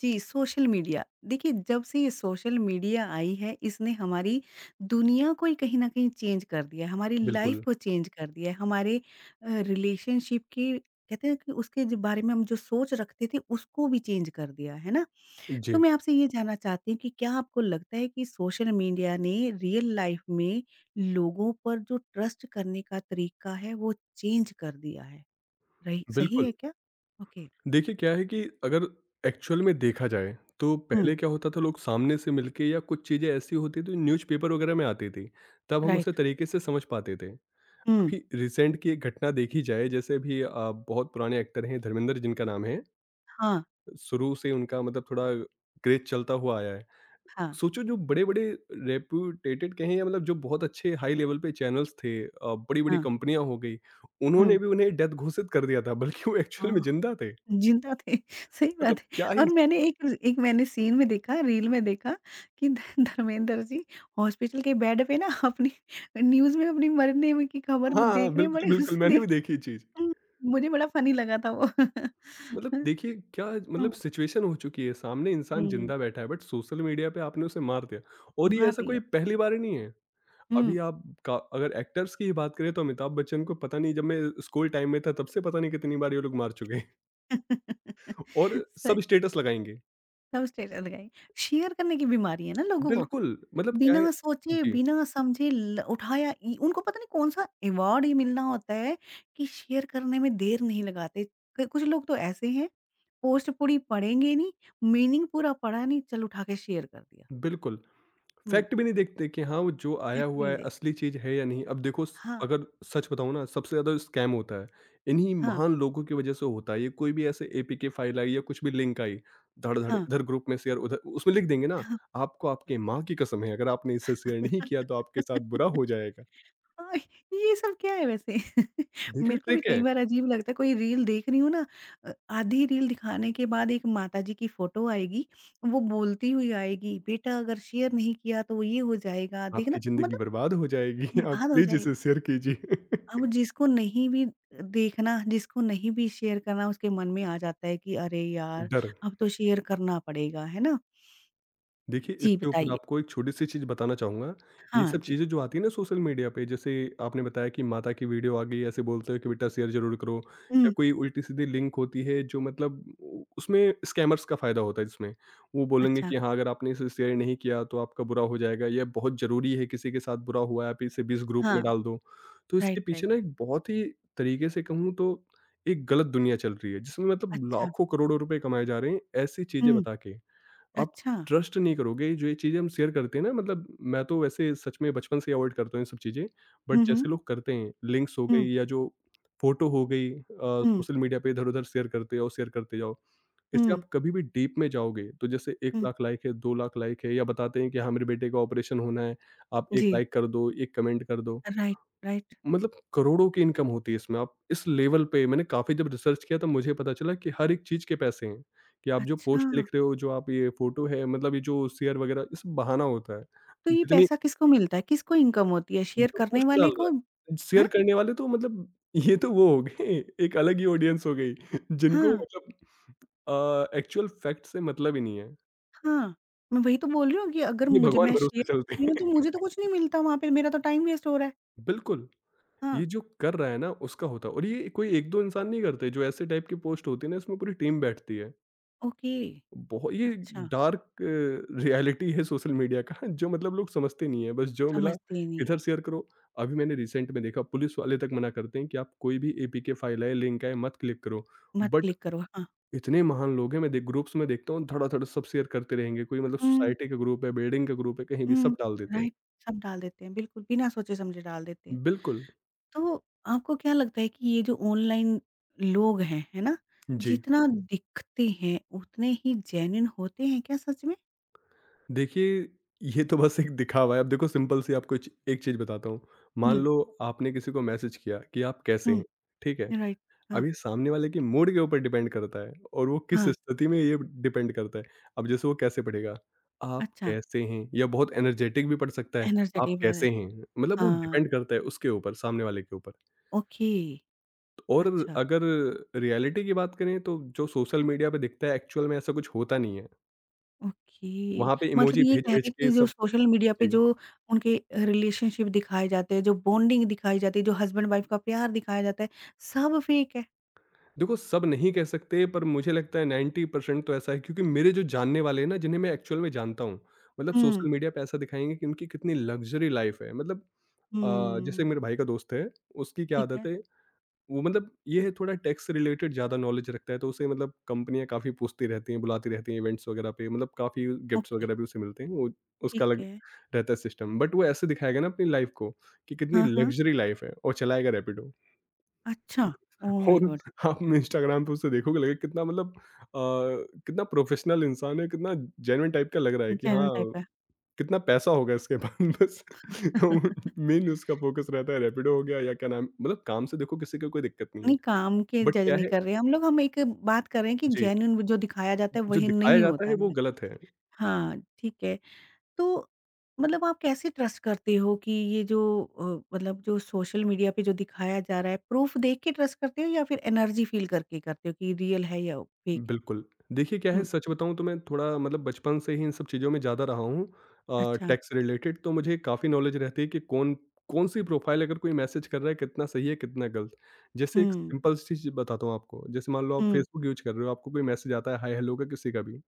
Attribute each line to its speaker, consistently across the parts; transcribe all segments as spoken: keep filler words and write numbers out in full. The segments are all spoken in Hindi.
Speaker 1: जी, सोशल मीडिया। देखिए, जब से ये सोशल मीडिया आई है, इसने हमारी दुनिया को ही कहीं न कहीं चेंज कर दिया है, हमारी लाइफ़
Speaker 2: बिल्कुल,
Speaker 1: को चेंज कर दिया है, हमारे अ, रिलेशनशिप के कहते हैं कि उसके जो बारे में हम जो सोच रखते थे, उसको भी चेंज कर दिया, है ना? तो
Speaker 2: जी,
Speaker 1: मैं आपसे ये जानना चाहती हूँ कि क्या आपको लगता है कि सोशल मीडिया ने रियल लाइफ़ में लोगों पर जो ट्रस्ट करने का तरीका है, वो चेंज कर दिया है? रही सही
Speaker 2: बिल्कुल।
Speaker 1: है क्या? ओके।
Speaker 2: देखिए क्या है कि अगर एक्चुअल में देखा जाए, तो
Speaker 1: हुँ,
Speaker 2: पहले क्या होता था, लोग सामने से मिलके या कुछ चीज़ें ऐसी होती थी, न्यूज़पेपर वगैरह में आती थी, तब हम उसे
Speaker 1: राइट।
Speaker 2: तरीके से समझ पाते थे।
Speaker 1: हुँ।
Speaker 2: अभी रिसेंट की एक घटना देखी जाए, जैसे अभी अ, बहुत पुराने एक्टर हैं धर्मेंद्र जिनका नाम है,
Speaker 1: हाँ,
Speaker 2: शुरू से उनका मतलब थोड़ा क्रेज़ चलता हुआ आया है।
Speaker 1: हाँ।
Speaker 2: सोचो, जो बड़े-बड़े रेप्यूटेटेड कहें या मतलब जो बहुत अच्छे हाई लेवल पे चैनल्स थे, अ, बड़ी-बड़ी
Speaker 1: हाँ।
Speaker 2: कंपनियाँ हो गई,
Speaker 1: हुँ।
Speaker 2: उन्होंने भी उन्हें डेथ घोषित कर दिया था, बल्कि वो एक्चुअल में
Speaker 1: हाँ,
Speaker 2: ज़िंदा थे।
Speaker 1: जिंदा थे। सही
Speaker 2: मतलब
Speaker 1: बात है।
Speaker 2: क्या ही।
Speaker 1: और मैंने एक एक मैंने सीन में देखा, रील में देखा कि ध धर्मेंद्र जी हॉस्पिटल के बेड पे ना अपनी न्यूज़ में अपनी मरने में की खबर
Speaker 2: हाँ, हाँ,
Speaker 1: देख रहे हैं बड़े।
Speaker 2: बिल्कुल, बिल्कुल
Speaker 1: उससे
Speaker 2: मैंने भी
Speaker 1: देख
Speaker 2: देखी ये चीज़।
Speaker 1: हुँ। मुझे बड़ा फनी लगा था वो।
Speaker 2: मतलब देखिए क्या
Speaker 1: हुँ।
Speaker 2: मतलब सिचुएशन हो चुकी है, सामने इंसान
Speaker 1: हुँ,
Speaker 2: ज़िंदा बैठा है बट सोशल मीडिया पे आपने उसे मार दिया, और ये
Speaker 1: मार
Speaker 2: ऐसा
Speaker 1: दिया।
Speaker 2: कोई पहली बार नहीं है।
Speaker 1: हुँ।
Speaker 2: अभी आप का अगर एक्टर्स की ही बात करें, तो अमिताभ बच्चन को पता नहीं जब मैं स्कूल टाइम में था तब से पता नहीं कितनी बार ये लोग मार चुके हैं और
Speaker 1: स
Speaker 2: सब स्टेटस लगाएँगे।
Speaker 1: सब स्टेटस लगाएँ। शेयर करने की बीमारी है ना लोगों को।
Speaker 2: बिल्कुल, मतलब क्या है।
Speaker 1: बिना सोचे,
Speaker 2: जी,
Speaker 1: बिना समझे ल उठाया इ उनको पता नहीं कौन-सा अवार्ड ही मिलना होता है कि शेयर करने में देर नहीं लगाते। क कुछ लोग तो ऐसे हैं, पोस्ट पूरी पढ़ेंगे नहीं, मीनिंग पूरा पढ़ा नहीं, चल उठा के शेयर कर दिया।
Speaker 2: बिल्कुल।
Speaker 1: हुँ,
Speaker 2: फैक्ट भी नहीं देखते कि हाँ, वो जो आया
Speaker 1: फैक्ट भी
Speaker 2: हुआ
Speaker 1: नहीं
Speaker 2: है
Speaker 1: देख
Speaker 2: असली चीज़ है या नहीं। अब देखो, स
Speaker 1: हाँ,
Speaker 2: अगर सच बताऊँ ना, सबसे ज़्यादा स्कैम होता है, इन्हीं
Speaker 1: हाँ,
Speaker 2: महान लोगों की वजह से होता है ये। कोई भी ऐसे एपीके फाइल आई या कुछ भी लिंक आई, धड़-धड़
Speaker 1: हाँ,
Speaker 2: इधर ग्रुप में शेयर, उधर उसमें लिख देंगे ना,
Speaker 1: हाँ।
Speaker 2: आपको आपके माँ की कसम है, अगर आपने इसे शेयर नहीं किया तो आपके साथ बुरा हो जाएगा।
Speaker 1: हाँ, ये सब क्या है वैसे?
Speaker 2: देखिए,
Speaker 1: मेरे को भी
Speaker 2: ट्रिक
Speaker 1: कई
Speaker 2: है,
Speaker 1: बार अजीब लगता है कोई रील देख रही हूँ ना। अ, आधी रील दिखाने के बाद एक माताजी की फ़ोटो आएगी, वो बोलती हुई आएगी, "बेटा अगर शेयर नहीं किया तो ये हो जाएगा, देखना।"
Speaker 2: आपकी ज़िंदगी
Speaker 1: मतलब
Speaker 2: बर्बाद हो जाएगी, आप
Speaker 1: बर्बाद हो
Speaker 2: प्लीज़ इसे
Speaker 1: जाएगी।
Speaker 2: शेयर कीजिए।
Speaker 1: अब जिसको नहीं भी देखना, जिसको नहीं भी शेयर करना उसके मन में आ जाता है कि अरे यार!
Speaker 2: डर।
Speaker 1: अब तो शेयर करना पड़ेगा, है ना?
Speaker 2: देखिए,
Speaker 1: जी,
Speaker 2: इसके ऊपर
Speaker 1: बताइए।
Speaker 2: आपको एक छोटी-सी चीज़ बताना चाहूँगा। ये
Speaker 1: हाँ
Speaker 2: सब
Speaker 1: जी।
Speaker 2: चीज़ें जो आती है ना सोशल मीडिया पे, जैसे आपने बताया कि माता की वीडियो आ गई, ऐसे बोलते हो कि बेटा शेयर ज़रूर करो, या
Speaker 1: हुँ,
Speaker 2: कोई उल्टी-सीधी लिंक होती है, जो मतलब उ उसमें स्कैमर्स का फ़ायदा होता है इसमें। वो बोलेंगे
Speaker 1: अच्छा।
Speaker 2: कि हाँ, अगर आपने इसे शेयर नहीं किया तो आपका बुरा हो जाएगा, यह बहुत ज़रूरी है, किसी के साथ बुरा हुआ है, आप इसे बीस ग्रुप
Speaker 1: हाँ,
Speaker 2: में डाल दो। तो इसके
Speaker 1: राइट,
Speaker 2: पीछे
Speaker 1: राइट,
Speaker 2: ना
Speaker 1: राइट।
Speaker 2: एक बहुत ही तरीके से कहूँ तो एक गलत दुनिया चल रही है, जिसमें मतलब
Speaker 1: अच्छा।
Speaker 2: लाखों करोड़ों रुपए कमाए जा रहे हैं, ऐसी चीज़ें
Speaker 1: हुँ,
Speaker 2: बता के। आप
Speaker 1: अच्छा।
Speaker 2: ट्रस्ट नहीं करोगे, जो ये चीज़ें हम शेयर करते हैं ना, मतलब मैं तो वैसे सच में बचपन से ही अवॉइड करता हूँ ये सब चीज़ें, बट
Speaker 1: हुँ, हुँ।
Speaker 2: जैसे लोग करते हैं, लिंक्स हो
Speaker 1: हुँ।
Speaker 2: गई या जो फ़ोटो हो गई, अ,
Speaker 1: हुँ,
Speaker 2: सोशल मीडिया पे इधर-उधर शेयर करते जाओ, शेयर करते जाओ। इससे
Speaker 1: हुँ,
Speaker 2: आप कभी भी डीप में जाओगे, तो जैसे एक
Speaker 1: हुँ।
Speaker 2: लाख लाइक है, दो लाख लाइक है, या बताते हैं कि हाँ, मेरे बेटे का ऑपरेशन होना है, आप एक
Speaker 1: जी।
Speaker 2: लाइक कर दो, एक कमेंट कर दो।
Speaker 1: Right, right.
Speaker 2: मतलब करोड़ों की इनकम होती है इसमें। आप इस लेवल पे, मैंने काफ़ी जब रिसर्च किया, तब मुझे पता चला कि हर एक चीज़ के पैसे हैं, कि आप जो
Speaker 1: अच्छा,
Speaker 2: पोस्ट लिख रहे हो, जो आप ये फ़ोटो है, मतलब ये जो शेयर वगैरह ये सब बहाना होता है।
Speaker 1: तो ये
Speaker 2: जितनी
Speaker 1: पैसा किसको मिलता है? किसको इनकम होती है? शेयर
Speaker 2: जो
Speaker 1: करने
Speaker 2: पोस्ट
Speaker 1: वाले
Speaker 2: डाल रहा
Speaker 1: को?
Speaker 2: है, शेयर
Speaker 1: हैं?
Speaker 2: करने वाले तो मतलब ये तो वो हो गए, एक अलग ही ऑडियंस हो गई जिनको
Speaker 1: हाँ,
Speaker 2: मतलब अ, एक्चुअल फैक्ट से मतलब ही नहीं है।
Speaker 1: हाँ। मैं वही तो बोल रही हूँ कि अगर
Speaker 2: ये
Speaker 1: मुझे
Speaker 2: भगवान
Speaker 1: मैं शेयर
Speaker 2: भरोसे चलते
Speaker 1: कर रही
Speaker 2: हैं।
Speaker 1: हूँ तो मुझे तो कुछ नहीं मिलता वहाँ पे, मेरा तो टाइम वेस्ट हो रहा है।
Speaker 2: बिल्कुल,
Speaker 1: हाँ,
Speaker 2: ये जो कर रहा है ना उसका होता है, और ये कोई एक-दो इंसान नहीं करते, जो ऐसे टाइप की पोस्ट होती है ना, इसमें पूरी टीम बैठती है।
Speaker 1: ओके,
Speaker 2: बहुत ये
Speaker 1: अच्छा,
Speaker 2: डार्क रियलिटी है सोशल मीडिया का, जो मतलब लोग समझते नहीं है, बस जो मिला
Speaker 1: समझते ही नहीं है।
Speaker 2: इधर शेयर करो। अभी मैंने रिसेंट में देखा, पुलिस वाले तक मना करते हैं कि आप कोई भी एपीके फाइल है, लिंक है, मत क्लिक करो,
Speaker 1: मत
Speaker 2: बट
Speaker 1: क्लिक करो, हाँ।
Speaker 2: इतने महान लोग हैं, मैं देख ग्रुप्स में देखता हूँ, धड़ाधड़ सब शेयर करते रहेंगे, कोई मतलब
Speaker 1: हुँ,
Speaker 2: सोसाइटी का ग्रुप है, बिल्डिंग का ग्रुप है, कहीं भी
Speaker 1: हुँ,
Speaker 2: सब डाल देते हैं।
Speaker 1: राइट, सब डाल देते हैं, बिल्कुल बिना सोचे-समझे डाल देते हैं।
Speaker 2: बिल्कुल।
Speaker 1: तो आपको क्या लगता है कि ये जो ऑनलाइन लोग हैं, है ना?
Speaker 2: जी।
Speaker 1: जितना दिखते हैं उतने ही जेन्युइन होते हैं क्या सच में?
Speaker 2: देखिए, ये तो बस एक दिखावा है। अब देखो, सिंपल सी आपको एक एक चीज बताता हूँ। मान
Speaker 1: हुँ,
Speaker 2: लो आपने किसी को मैसेज किया कि आप कैसे
Speaker 1: हुँ,
Speaker 2: हैं, ठीक है?
Speaker 1: राइट, हाँ,
Speaker 2: अब ये सामने वाले के मूड के ऊपर डिपेंड करता है, और वो किस
Speaker 1: हाँ,
Speaker 2: स्थिति में ये डिपेंड करता है। अब जैसे वो कैसे पढ़ेगा, आप
Speaker 1: अच्छा
Speaker 2: कैसे हैं? या बहुत एनर्जेटिक भी पढ़ सकता है, आप
Speaker 1: एनर्जेटिक ब्लर
Speaker 2: कैसे हैं? मतलब वो
Speaker 1: हाँ,
Speaker 2: डिपेंड करता है उसके ऊपर, सामने वाले के ऊपर।
Speaker 1: ओके,
Speaker 2: तो और
Speaker 1: अच्छा,
Speaker 2: अगर रियलिटी की बात करें, तो जो सोशल मीडिया पे दिखता है, एक्चुअल में ऐसा कुछ होता नहीं है।
Speaker 1: ओके।
Speaker 2: वहाँ पे
Speaker 1: मतलब
Speaker 2: इमोजी
Speaker 1: ये कह रहे
Speaker 2: भेज-भेज
Speaker 1: हैं
Speaker 2: के
Speaker 1: कि जो
Speaker 2: सब।
Speaker 1: सोशल मीडिया पे
Speaker 2: जी।
Speaker 1: जो उनके रिलेशनशिप दिखाए जाते हैं, जो बॉन्डिंग दिखाई जाती है, जो हस्बैंड वाइफ का प्यार दिखाया जाता है, सब फेक है।
Speaker 2: देखो सब नहीं कह सकते, पर मुझे लगता है नब्बे परसेंट तो ऐसा है, क्योंकि मेरे जो जानने वाले हैं ना, जिन्हें मैं एक्चुअल में जानता हूँ, मतलब
Speaker 1: हुँ,
Speaker 2: सोशल मीडिया पे ऐसा दिखाएंगे कि उनकी कितनी लग्जरी लाइफ है, मतलब अ, जैसे
Speaker 1: हुँ,
Speaker 2: मेरे भाई का दोस्त है, उसकी क्या
Speaker 1: ठीक
Speaker 2: आदत
Speaker 1: है,
Speaker 2: है, वो मतलब ये है, थोड़ा टैक्स रिलेटेड ज़्यादा नॉलेज रखता है, तो उसे मतलब कंपनियां काफ़ी पूछती रहती हैं, बुलाती रहती हैं इवेंट्स वगैरह पे, मतलब काफ़ी गिफ्ट्स
Speaker 1: ओके,
Speaker 2: वगैरह भी उसे मिलते हैं। वो उसका
Speaker 1: ठीक
Speaker 2: अलग
Speaker 1: है।
Speaker 2: रहता है सिस्टम, बट वो ऐसे दिखाएगा ना अपनी लाइफ को, कि कितनी
Speaker 1: हाँ, हाँ।
Speaker 2: लग्जरी लाइफ है, और चलाएगा रैपिडो।
Speaker 1: अच्छा! ओह माय
Speaker 2: और
Speaker 1: गॉड!
Speaker 2: आप इंस्टाग्राम पे उसे देखोगे, लगेगा कितना मतलब अ, कितना प्रोफेशनल इंसान है, कितना जेन्युइन टाइप का लग रहा है कि
Speaker 1: जेन्युइन
Speaker 2: हाँ,
Speaker 1: टाइप है।
Speaker 2: कितना पैसा होगा इसके पास। बस मेन उसका फ़ोकस रहता है, रैपिडो हो गया या क्या नाम, मतलब काम से देखो किसी को कोई दिक्कत नहीं है।
Speaker 1: नहीं, काम के
Speaker 2: बट
Speaker 1: जज
Speaker 2: क्या
Speaker 1: नहीं
Speaker 2: है।
Speaker 1: कर रहे हैं हम लोग, हम एक बात कर रहे हैं कि
Speaker 2: जी,
Speaker 1: जेन्युइन जो दिखाया जाता है
Speaker 2: जो
Speaker 1: वही
Speaker 2: दिखाया
Speaker 1: नहीं
Speaker 2: जाता
Speaker 1: होता
Speaker 2: है वो
Speaker 1: है।
Speaker 2: गलत है।
Speaker 1: हाँ, ठीक है। तो मतलब आप कैसे ट्रस्ट करते हो कि ये जो अ, मतलब जो सोशल मीडिया पे जो दिखाया जा रहा है, प्रूफ देख के ट्रस्ट करते हो या फिर एनर्जी फ़ील करके करते हो कि रियल है या फेक है?
Speaker 2: बिल्कुल। देखिए क्या है,
Speaker 1: हुँ,
Speaker 2: सच बताऊँ तो मैं थोड़ा मतलब बचपन से ही इन सब चीज़ों में ज़्यादा रहा हूँ, अ,
Speaker 1: अच्छा।
Speaker 2: टैक्स रिलेटेड तो मुझे काफ़ी नॉलेज रहती है कि कौन कौन-सी प्रोफ़ाइल अगर कोई मैसेज कर रहा है, कितना सही है, कितना गलत। जैसे एक
Speaker 1: हुँ,
Speaker 2: सिंपल सी चीज़ बताता हूँ आपको, जैसे मान लो आप
Speaker 1: हुँ।
Speaker 2: फेसबुक यूज़ कर रहे हो, आपको कोई मैसेज आता है हाय हेलो का, किसी का भी।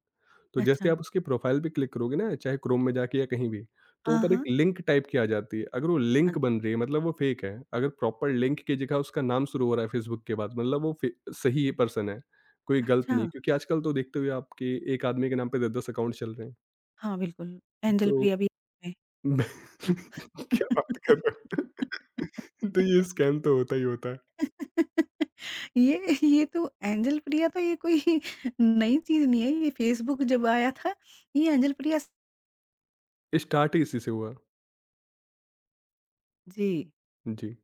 Speaker 2: तो
Speaker 1: अच्छा।
Speaker 2: जैसे आप उसकी प्रोफ़ाइल पे क्लिक करोगे ना, चाहे क्रोम में जाके या कहीं भी, तो
Speaker 1: हाँ,
Speaker 2: ऊपर एक
Speaker 1: हाँ।
Speaker 2: लिंक टाइप की आ जाती है। अगर वो
Speaker 1: अ,
Speaker 2: लिंक बन रही है, मतलब वो फ़ेक है। अगर प्रॉपर लिंक की जगह उसका नाम शुरू हो रहा है फेसबुक के बाद, मतलब वो फे सही पर्सन है, कोई गलत
Speaker 1: अच्छा।
Speaker 2: नहीं है। क्योंकि आजकल तो देखते हुए, आपके एक आदमी के नाम पे दस-दस अकाउंट चल रहे हैं।
Speaker 1: हाँ, बिल्कुल। एंजल
Speaker 2: तो
Speaker 1: प्रिया भी है।
Speaker 2: मैं- क्या बात कर रहे हो? तो ये स्कैम तो होता ही होता है।
Speaker 1: ये ये तो एंजल प्रिया तो ये कोई नई चीज़ नहीं है, ये फेसबुक जब आया था, ये एंजल प्रिया स
Speaker 2: स्टार्ट ही इसी से हुआ।
Speaker 1: जी,
Speaker 2: जी।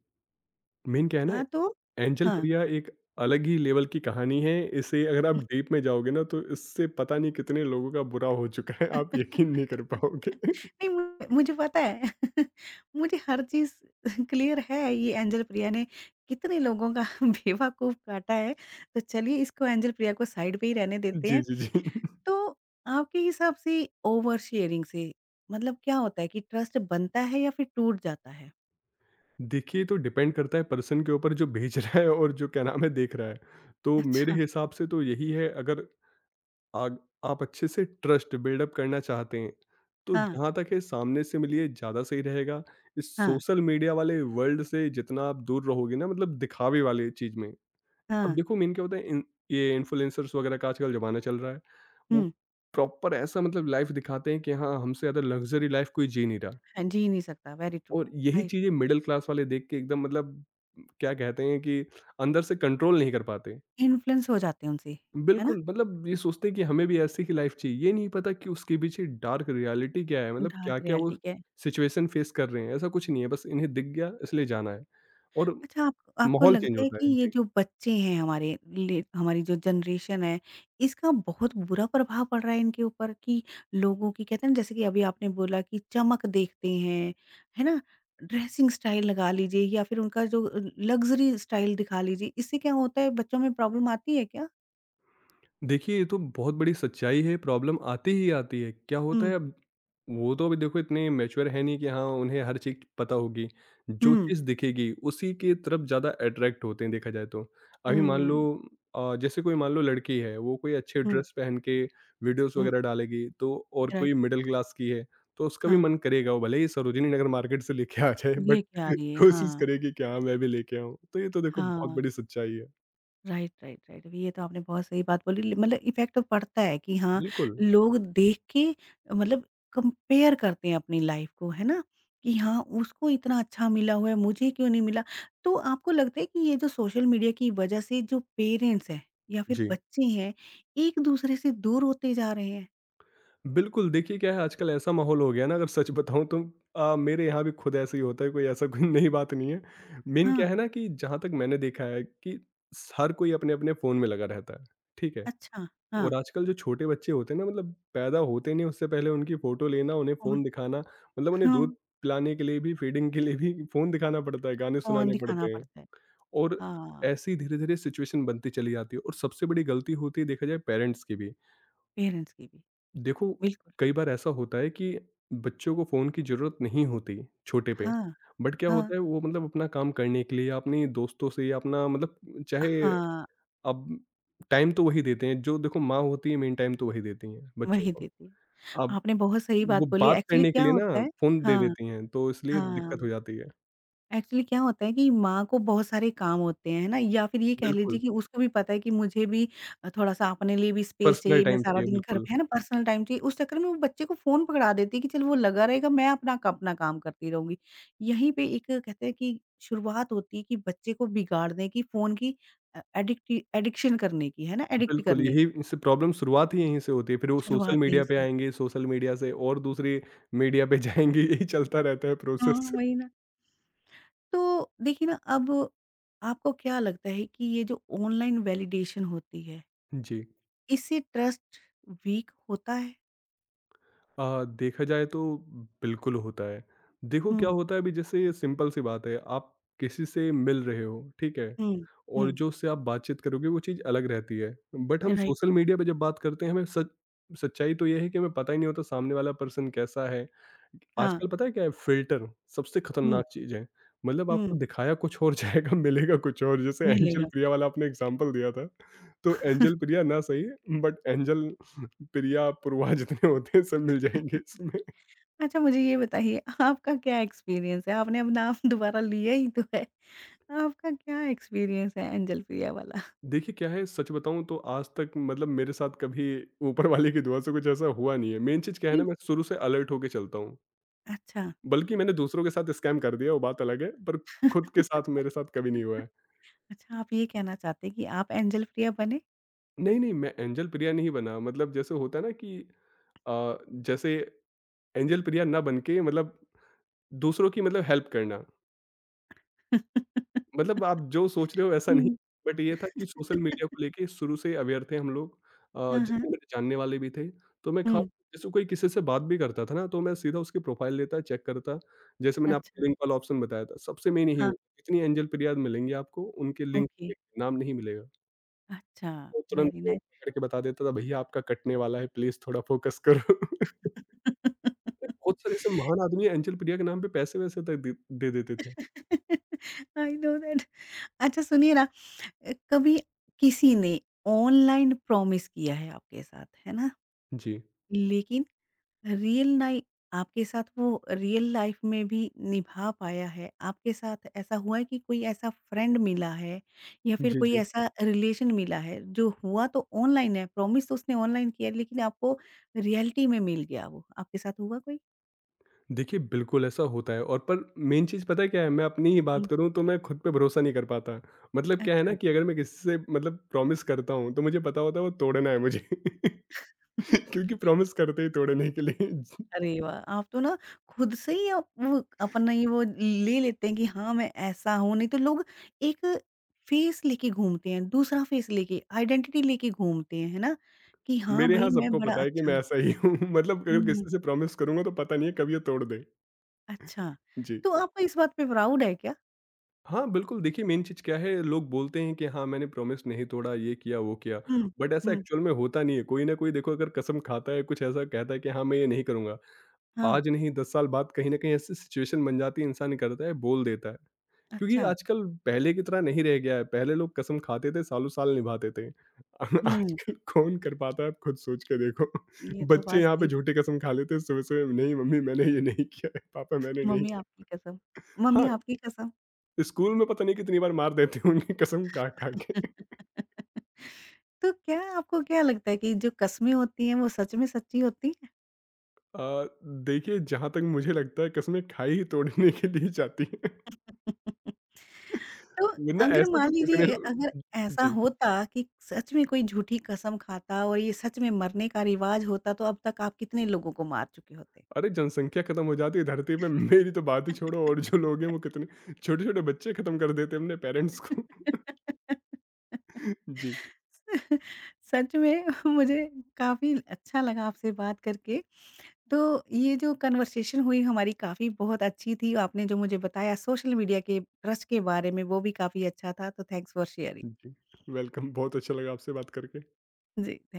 Speaker 2: मेन क्या है ना,
Speaker 1: हाँ तो
Speaker 2: एंजल
Speaker 1: हाँ।
Speaker 2: प्रिया एक अलग ही लेवल की कहानी है। इसे अगर आप डीप में जाओगे ना, तो इससे पता नहीं कितने लोगों का बुरा हो चुका है, आप यकीन नहीं कर पाओगे।
Speaker 1: नहीं मु मुझे पता है। मुझे हर चीज़ क्लियर है, ये एंजल प्रिया ने कितने लोगों का बेवकूफ़ काटा है, तो चलिए इसको एंजल प्रिया को साइड पे ही रहने देते
Speaker 2: जी,
Speaker 1: हैं।
Speaker 2: जी, जी।
Speaker 1: तो आपके हिसाब से ओवर शेयरिंग से मतलब क्या होता है कि ट्रस्ट बनता है या फिर टूट जाता है?
Speaker 2: देखिए, ये तो डिपेंड करता है पर्सन के ऊपर, जो भेज रहा है और जो क्या नाम है देख रहा है। तो मेरे
Speaker 1: अच्छा,
Speaker 2: हिसाब से तो यही है, अगर आग आप अच्छे से ट्रस्ट बिल्ड अप करना चाहते हैं, तो
Speaker 1: हाँ,
Speaker 2: जहाँ तक है, सामने से मिलिए, ज़्यादा सही रहेगा। इस
Speaker 1: हाँ,
Speaker 2: सोशल मीडिया वाले वर्ल्ड से जितना आप दूर रहोगे ना, मतलब दिखावे वाले चीज़ में। अब
Speaker 1: हाँ,
Speaker 2: देखो, मेन क्या होता है, इन ये इन्फ्लुएंसर्स वगैरह का आजकल ज़माना चल रहा है। वो
Speaker 1: हुँ,
Speaker 2: प्रॉपर ऐसा मतलब लाइफ़ दिखाते हैं कि हाँ, हमसे ज़्यादा लग्ज़री लाइफ़ कोई जी नहीं रहा,
Speaker 1: हाँ, जी नहीं सकता, वेरी ट्रू,
Speaker 2: और यही
Speaker 1: राइट।
Speaker 2: चीज़ें मिडल क्लास वाले देख के एकदम मतलब क्या कहते हैं कि अंदर से कंट्रोल नहीं कर पाते।
Speaker 1: इन्फ्लुएंस हो जाते हैं उनसे, है ना?
Speaker 2: बिल्कुल, मतलब ये सोचते हैं कि हमें भी ऐसी ही लाइफ़ चाहिए। ये नहीं पता कि उसके पीछे डार्क रियलिटी क्या है, मतलब
Speaker 1: डार्क
Speaker 2: क्या-क्या वो
Speaker 1: रियलिटी के
Speaker 2: सिचुएशन फेस कर रहे हैं। ऐसा कुछ नहीं है, बस इन्हें दिख गया इसलिए जाना है, और
Speaker 1: अच्छा, आप आपको
Speaker 2: माहौल चेंज
Speaker 1: लगता है
Speaker 2: होता
Speaker 1: कि
Speaker 2: है।
Speaker 1: ये
Speaker 2: जी।
Speaker 1: जो बच्चे हैं हमारे ले हमारी जो जनरेशन है, इसका बहुत बुरा प्रभाव पड़ रहा है इनके ऊपर कि लोगों की कहते हैं ना जैसे कि अभी आपने बोला कि चमक देखते हैं, है ना? ड्रेसिंग स्टाइल लगा लीजिए या फिर उनका जो अ, लग्ज़री स्टाइल दिखा लीजिए, इससे क्या होता है बच्चों में प्रॉब्लम आती है क्या?
Speaker 2: देखिए, ये तो बहुत बड़ी सच्चाई है, प्रॉब्लम आती ही आती है। क्या होता
Speaker 1: हुँ,
Speaker 2: है, अब वो तो अभी देखो इतने मैच्योर है नहीं कि हाँ, उन्हें हर चीज़ पता होगी। जो
Speaker 1: हुँ,
Speaker 2: चीज़ दिखेगी, उसी के तरफ ज़्यादा अट्रैक्ट होते हैं, देखा जाए तो। अभी मान लो
Speaker 1: हुँ,
Speaker 2: अ, जैसे कोई मान लो लड़की है, वो कोई अच्छे
Speaker 1: हुँ,
Speaker 2: ड्रेस पहन के वीडियोज़
Speaker 1: हुँ,
Speaker 2: वगैरह डालेगी, तो और
Speaker 1: राइट
Speaker 2: कोई मिडल क्लास की है, तो उसका भी
Speaker 1: हाँ,
Speaker 2: मन करेगा, वो भले ही सरोजिनी नगर मार्केट से लेके आ जाए, बट
Speaker 1: लेके आ रही है,
Speaker 2: कोशिश
Speaker 1: हाँ,
Speaker 2: करेगी कि हाँ, मैं भी लेके आऊँ। तो ये तो देखो बहुत
Speaker 1: हाँ।
Speaker 2: बड़ी सच्चाई है।
Speaker 1: Right, right, right. ये तो आपने बहुत सही बात बोली ल मतलब इफ़ेक्ट पड़ता है कि हाँ,
Speaker 2: बिल्कुल।
Speaker 1: लोग देख के मतलब कंपेयर करते हैं अपनी लाइफ़ को, है ना? कि हाँ, उसको इतना अच्छा मिला हुआ है, मुझे क्यों नहीं मिला? तो आपको लगता है कि ये जो सोशल मीडिया की वजह से जो पेरेंट्स हैं या फिर
Speaker 2: जी।
Speaker 1: बच्चे हैं, एक-दूसरे से दूर होते जा रहे हैं?
Speaker 2: बिल्कुल, देखिए क्या है, आजकल ऐसा माहौल हो गया है ना, अगर सच बताऊँ तो अ, मेरे यहाँ भी खुद ऐसा ही होता है, कोई ऐसा कोई नई बात नहीं है। मेन क्या
Speaker 1: हाँ,
Speaker 2: है ना, कि जहाँ तक मैंने देखा है कि स हर कोई अपने-अपने फ़ोन में लगा रहता है, ठीक है?
Speaker 1: अच्छा, हाँ,
Speaker 2: और आजकल जो छोटे बच्चे होते हैं ना मतलब पैदा होते ही नहीं उससे पहले उनकी फ़ोटो लेना, उन्हें
Speaker 1: फ़ोन
Speaker 2: फ़ोन दिखाना, मतलब
Speaker 1: हाँ,
Speaker 2: उन्हें दूध पिलाने के लिए भी, फ़ीडिंग के लिए भी फ़ोन दिखाना पड़ता है, गाने
Speaker 1: फ़ोन
Speaker 2: सुनाने
Speaker 1: दिखाना
Speaker 2: पड़ते हैं
Speaker 1: पड़ता है।
Speaker 2: और
Speaker 1: हाँ,
Speaker 2: ऐसे ही धीरे-धीरे सिचुएशन बनती चली जाती है और सबसे बड़ी गलती होती है देखा जाए पेरेंट्स की भी।
Speaker 1: पेरेंट्स की भी,
Speaker 2: देखो,
Speaker 1: बिल्कुल।
Speaker 2: कई बार ऐसा होता है कि बच्चों को फ़ोन की ज़रूरत नहीं होती, छोटे पे।
Speaker 1: हाँ,
Speaker 2: बट क्या
Speaker 1: हाँ,
Speaker 2: होता है वो मतलब अपना काम करने के लिए या अपने दोस्तों से या अपना मतलब चाहे
Speaker 1: हाँ,
Speaker 2: अब टाइम तो वही देते हैं, जो देखो माँ होती है मेन टाइम तो वही देती हैं बच्चों
Speaker 1: वही
Speaker 2: को।
Speaker 1: देती है।
Speaker 2: अब
Speaker 1: आपने बहुत सही बात
Speaker 2: वो
Speaker 1: बोली है।
Speaker 2: बात
Speaker 1: एक्चुअली
Speaker 2: करने के
Speaker 1: क्या
Speaker 2: लिए ना
Speaker 1: होता है
Speaker 2: फ़ोन दे
Speaker 1: हाँ,
Speaker 2: देती हैं, तो इसलिए दिक्कत
Speaker 1: हाँ।
Speaker 2: हो जाती है।
Speaker 1: एक्चुअली क्या होता है कि माँ को बहुत सारे काम होते हैं, है ना? या फिर ये कह लीजिए
Speaker 2: बिल्कुल,
Speaker 1: कि उसको भी पता है कि मुझे भी अ, थोड़ा-सा अपने लिए भी स्पेस
Speaker 2: पर्सनल
Speaker 1: चाहिए, मैं
Speaker 2: टाइम
Speaker 1: सारा
Speaker 2: चाहिए,
Speaker 1: दिन घर
Speaker 2: बिल्कुल।
Speaker 1: पे है ना, पर्सनल टाइम चाहिए। उस चक्कर में वो बच्चे को फ़ोन पकड़ा देती है कि चल वो लगा रहेगा, मैं अपना क अपना काम करती रहूँगी। यहीं पे एक कहते हैं कि शुरुआत होती है कि बच्चे को बिगाड़ने की, फ़ोन की अ, एडिक्टी एडिक्शन करने की, है ना? एडिक्ट
Speaker 2: बिल्कुल,
Speaker 1: करने
Speaker 2: यही
Speaker 1: की।
Speaker 2: इससे प्रॉब्लम शुरुआत ही यहीं से होती है, फिर वो सोशल
Speaker 1: शुरुआत यहीं
Speaker 2: मीडिया पे
Speaker 1: से होती है।
Speaker 2: आएँगे, सोशल मीडिया से और दूसरी मीडिया पे जाएँगे, यही चलता रहता है
Speaker 1: हाँ,
Speaker 2: प्रोसेस।
Speaker 1: वही ना। तो देखिए ना अब आपको क्या लगता है कि ये जो ऑनलाइन वैलिडेशन होती है,
Speaker 2: जी।
Speaker 1: इससे ट्रस्ट वीक होता है?
Speaker 2: अ, देखा जाए तो बिल्कुल होता है। देखो क्या
Speaker 1: हुँ,
Speaker 2: होता है अभी जैसे ये सिंपल सी बात है, आप किसी से मिल रहे हो, ठीक है?
Speaker 1: हुँ,
Speaker 2: और
Speaker 1: हुँ,
Speaker 2: जो उससे आप बातचीत करोगे वो चीज़ अलग रहती है। बट हम
Speaker 1: राइट
Speaker 2: सोशल मीडिया पे जब बात करते हैं हमें सच सच्चाई तो ये है कि हमें पता ही नहीं होता सामने वाला पर्सन कैसा है।
Speaker 1: हाँ,
Speaker 2: आजकल पता है क्या है फ़िल्टर सबसे
Speaker 1: हुँ,
Speaker 2: खतरनाक चीज़ है। मतलब आपको
Speaker 1: हुँ,
Speaker 2: दिखाया कुछ और जाएगा मिलेगा कुछ और जैसे एंजल
Speaker 1: मिलेगा।
Speaker 2: प्रिया वाला आपने एग्ज़ाम्पल दिया था। तो एंजल प्रिया ना सही बट एंजल प्रिया, पूर्वा जितने होते हैं सब मिल जाएँगे इसमें।
Speaker 1: अच्छा मुझे ये बताइए आपका क्या एक्सपीरियंस है? आपने अब नाम दोबारा लिया ही तो है। आपका क्या एक्सपीरियंस है एंजल प्रिया वाला?
Speaker 2: देखिए क्या है सच बताऊँ तो आज तक मतलब मेरे साथ कभी ऊपर वाले की दुआ से कुछ ऐसा हुआ नहीं है। मेन चीज़ क्या है
Speaker 1: नहीं
Speaker 2: ना मैं शुरू से अलर्ट होके चलता हूँ।
Speaker 1: अच्छा।
Speaker 2: बल्कि मैंने दूसरों के साथ स्कैम कर दिया वो बात अलग है, पर खुद के साथ मेरे साथ कभी नहीं हुआ है।
Speaker 1: अच्छा आप ये कहना चाहते हैं कि आप एंजल प्रिया बने?
Speaker 2: नहीं, नहीं मैं एंजल प्रिया नहीं बना मतलब जैसे होता है ना कि अ, जैसे एंजल प्रिया ना बन के मतलब दूसरों की मतलब हेल्प करना। मतलब आप जो सोच रहे हो वैसा नहीं,
Speaker 1: हुँ।
Speaker 2: बट ये था कि सोशल मीडिया को लेके शुरू से ही अवेयर थे हम लोग। अ,
Speaker 1: हाँ, हाँ,
Speaker 2: जितने मेरे जानने वाले भी थे, तो मैं खास
Speaker 1: हुँ,
Speaker 2: जैसे कोई किसी से बात भी करता था ना, तो मैं सीधा उसकी प्रोफाइल लेता, चेक करता। जैसे मैंने आपको
Speaker 1: अच्छा,
Speaker 2: लिंक वाला ऑप्शन बताया था, सबसे मेन यही
Speaker 1: हाँ।
Speaker 2: हुआ, जितनी एंजल फ़रियाद मिलेंगी आपको, उनके लिंक
Speaker 1: ओके,
Speaker 2: मिलेंगे, नाम नहीं मिलेगा।
Speaker 1: अच्छा,
Speaker 2: तो तुरंत
Speaker 1: वेरी
Speaker 2: मैं
Speaker 1: नाइस।
Speaker 2: पकड़ के बता देता था, भैया आपका कटने वाला है, प्लीज़ थोड़ा फ़ोकस करो। बहुत सारे ऐसे महान आदमी एंजल फ़रिया के नाम पे पैसे-वैसे तक दे दे देते थे।
Speaker 1: I know that. अच्छा सुनिए ना, अ, कभी किसी ने ऑनलाइन प्रॉमिस किया है आपके साथ, है ना?
Speaker 2: जी।
Speaker 1: लेकिन रियल नाइ आपके साथ वो रियल लाइफ में भी निभा पाया है? आपके साथ ऐसा हुआ है कि कोई ऐसा फ्रेंड मिला है या फिर
Speaker 2: जी,
Speaker 1: कोई
Speaker 2: जी।
Speaker 1: ऐसा रिलेशन मिला है जो हुआ तो ऑनलाइन है, प्रॉमिस तो उसने ऑनलाइन किया है लेकिन आपको रियलिटी में मिल गया वो, आपके साथ हुआ कोई?
Speaker 2: देखिए, बिल्कुल ऐसा होता है और पर मेन चीज़ पता है क्या है? मैं अपनी ही बात
Speaker 1: हुँ,
Speaker 2: करूँ तो मैं खुद पे भरोसा नहीं कर पाता। मतलब क्या है
Speaker 1: अच्छा।
Speaker 2: ना कि अगर मैं किसी से मतलब प्रॉमिस करता हूँ तो मुझे पता होता है वो तोड़ना है मुझे। क्योंकि प्रॉमिस करते ही तोड़ने के लिए
Speaker 1: अरे वाह! आप तो ना खुद से ही आप वो अपना ये वो ले लेते हैं कि हाँ, मैं ऐसा हूँ, नहीं तो लोग एक फेस लेके घूमते हैं, दूसरा फेस लेके, आइडेंटिटी लेके घूमते हैं, है ना? कि हाँ
Speaker 2: मेरे
Speaker 1: भाई,
Speaker 2: यहाँ
Speaker 1: मैं
Speaker 2: सबको
Speaker 1: बड़ा
Speaker 2: पता है कि
Speaker 1: अच्छा
Speaker 2: मैं
Speaker 1: हूँ।
Speaker 2: ऐसा ही हूँ। मतलब अगर
Speaker 1: हुँ,
Speaker 2: किसी से प्रॉमिस करूँगा तो पता नहीं है कब ये तोड़ दे।
Speaker 1: अच्छा।
Speaker 2: जी।
Speaker 1: तो आपको इस बात पे प्राउड है क्या?
Speaker 2: हाँ, बिल्कुल देखिए मेन चीज़ क्या है लोग बोलते हैं कि हाँ, मैंने प्रॉमिस नहीं तोड़ा, ये किया, वो किया।
Speaker 1: हुँ,
Speaker 2: बट ऐसा
Speaker 1: हुँ,
Speaker 2: एक्चुअल में होता नहीं है। कोई न कोई देखो अगर कसम खाता है, कुछ ऐसा कहता है कि हाँ, मैं ये नहीं करूँगा।
Speaker 1: हाँ,
Speaker 2: आज नहीं दस साल बाद कहीं न कहीं ऐसी सिचुएशन बन जाती है, इंसान करता है, बोल देता है। क्योंकि
Speaker 1: अच्छा।
Speaker 2: आजकल पहले की तरह नहीं रह गया है, पहले लोग कसम खाते थे, सालों-साल निभाते थे।
Speaker 1: हुँ,
Speaker 2: आजकल कौन कर पाता है, आप खुद सोच के देखो।
Speaker 1: ये तो
Speaker 2: बच्चे
Speaker 1: बात
Speaker 2: यहाँ पे
Speaker 1: सही
Speaker 2: झूठी कसम खा लेते हैं सुबह-सुबह, "नहीं मम्मी मैंने ये नहीं किया है, पापा मैंने नहीं
Speaker 1: मम्मी
Speaker 2: किया।"
Speaker 1: आपकी कसम, मम्मी
Speaker 2: हाँ,
Speaker 1: आपकी कसम।
Speaker 2: स्कूल में पता नहीं कितनी बार मार देते होंगे कसम खा-खा के।
Speaker 1: तो क्या आपको क्या लगता है कि जो कस्में होती हैं, वो सच में सच्ची होती? हैं?
Speaker 2: अ, देखिए जहाँ तक मुझे लगता है, कसमें खाई ही तोड़ने के लिए जाती हैं।
Speaker 1: तो
Speaker 2: वरना
Speaker 1: अगर
Speaker 2: ऐसे
Speaker 1: मान
Speaker 2: तो कितने
Speaker 1: लीजिए
Speaker 2: लोग
Speaker 1: अगर ऐसा
Speaker 2: जी।
Speaker 1: होता कि सच में कोई झूठी कसम खाता और ये सच में मरने का रिवाज होता तो अब तक आप कितने लोगों को मार चुके होते?
Speaker 2: अरे जनसंख्या खत्म हो जाती है धरती पे मेरी तो बात ही छोड़ो और जो लोग हैं वो कितने छोटे-छोटे बच्चे खत्म कर देते हैं अपने पेरेंट्स को। जी,
Speaker 1: सच में मुझे काफ़ी अच्छा लगा आपसे बात करके। तो ये जो कन्वर्सेशन हुई हमारी काफ़ी बहुत अच्छी थी। आपने जो मुझे बताया सोशल मीडिया के ट्रस्ट के बारे में वो भी काफ़ी अच्छा था। तो थैंक्स फॉर शेयरिंग।
Speaker 2: जी। वेलकम बहुत अच्छा लगा आपसे बात करके।
Speaker 1: जी, थैंक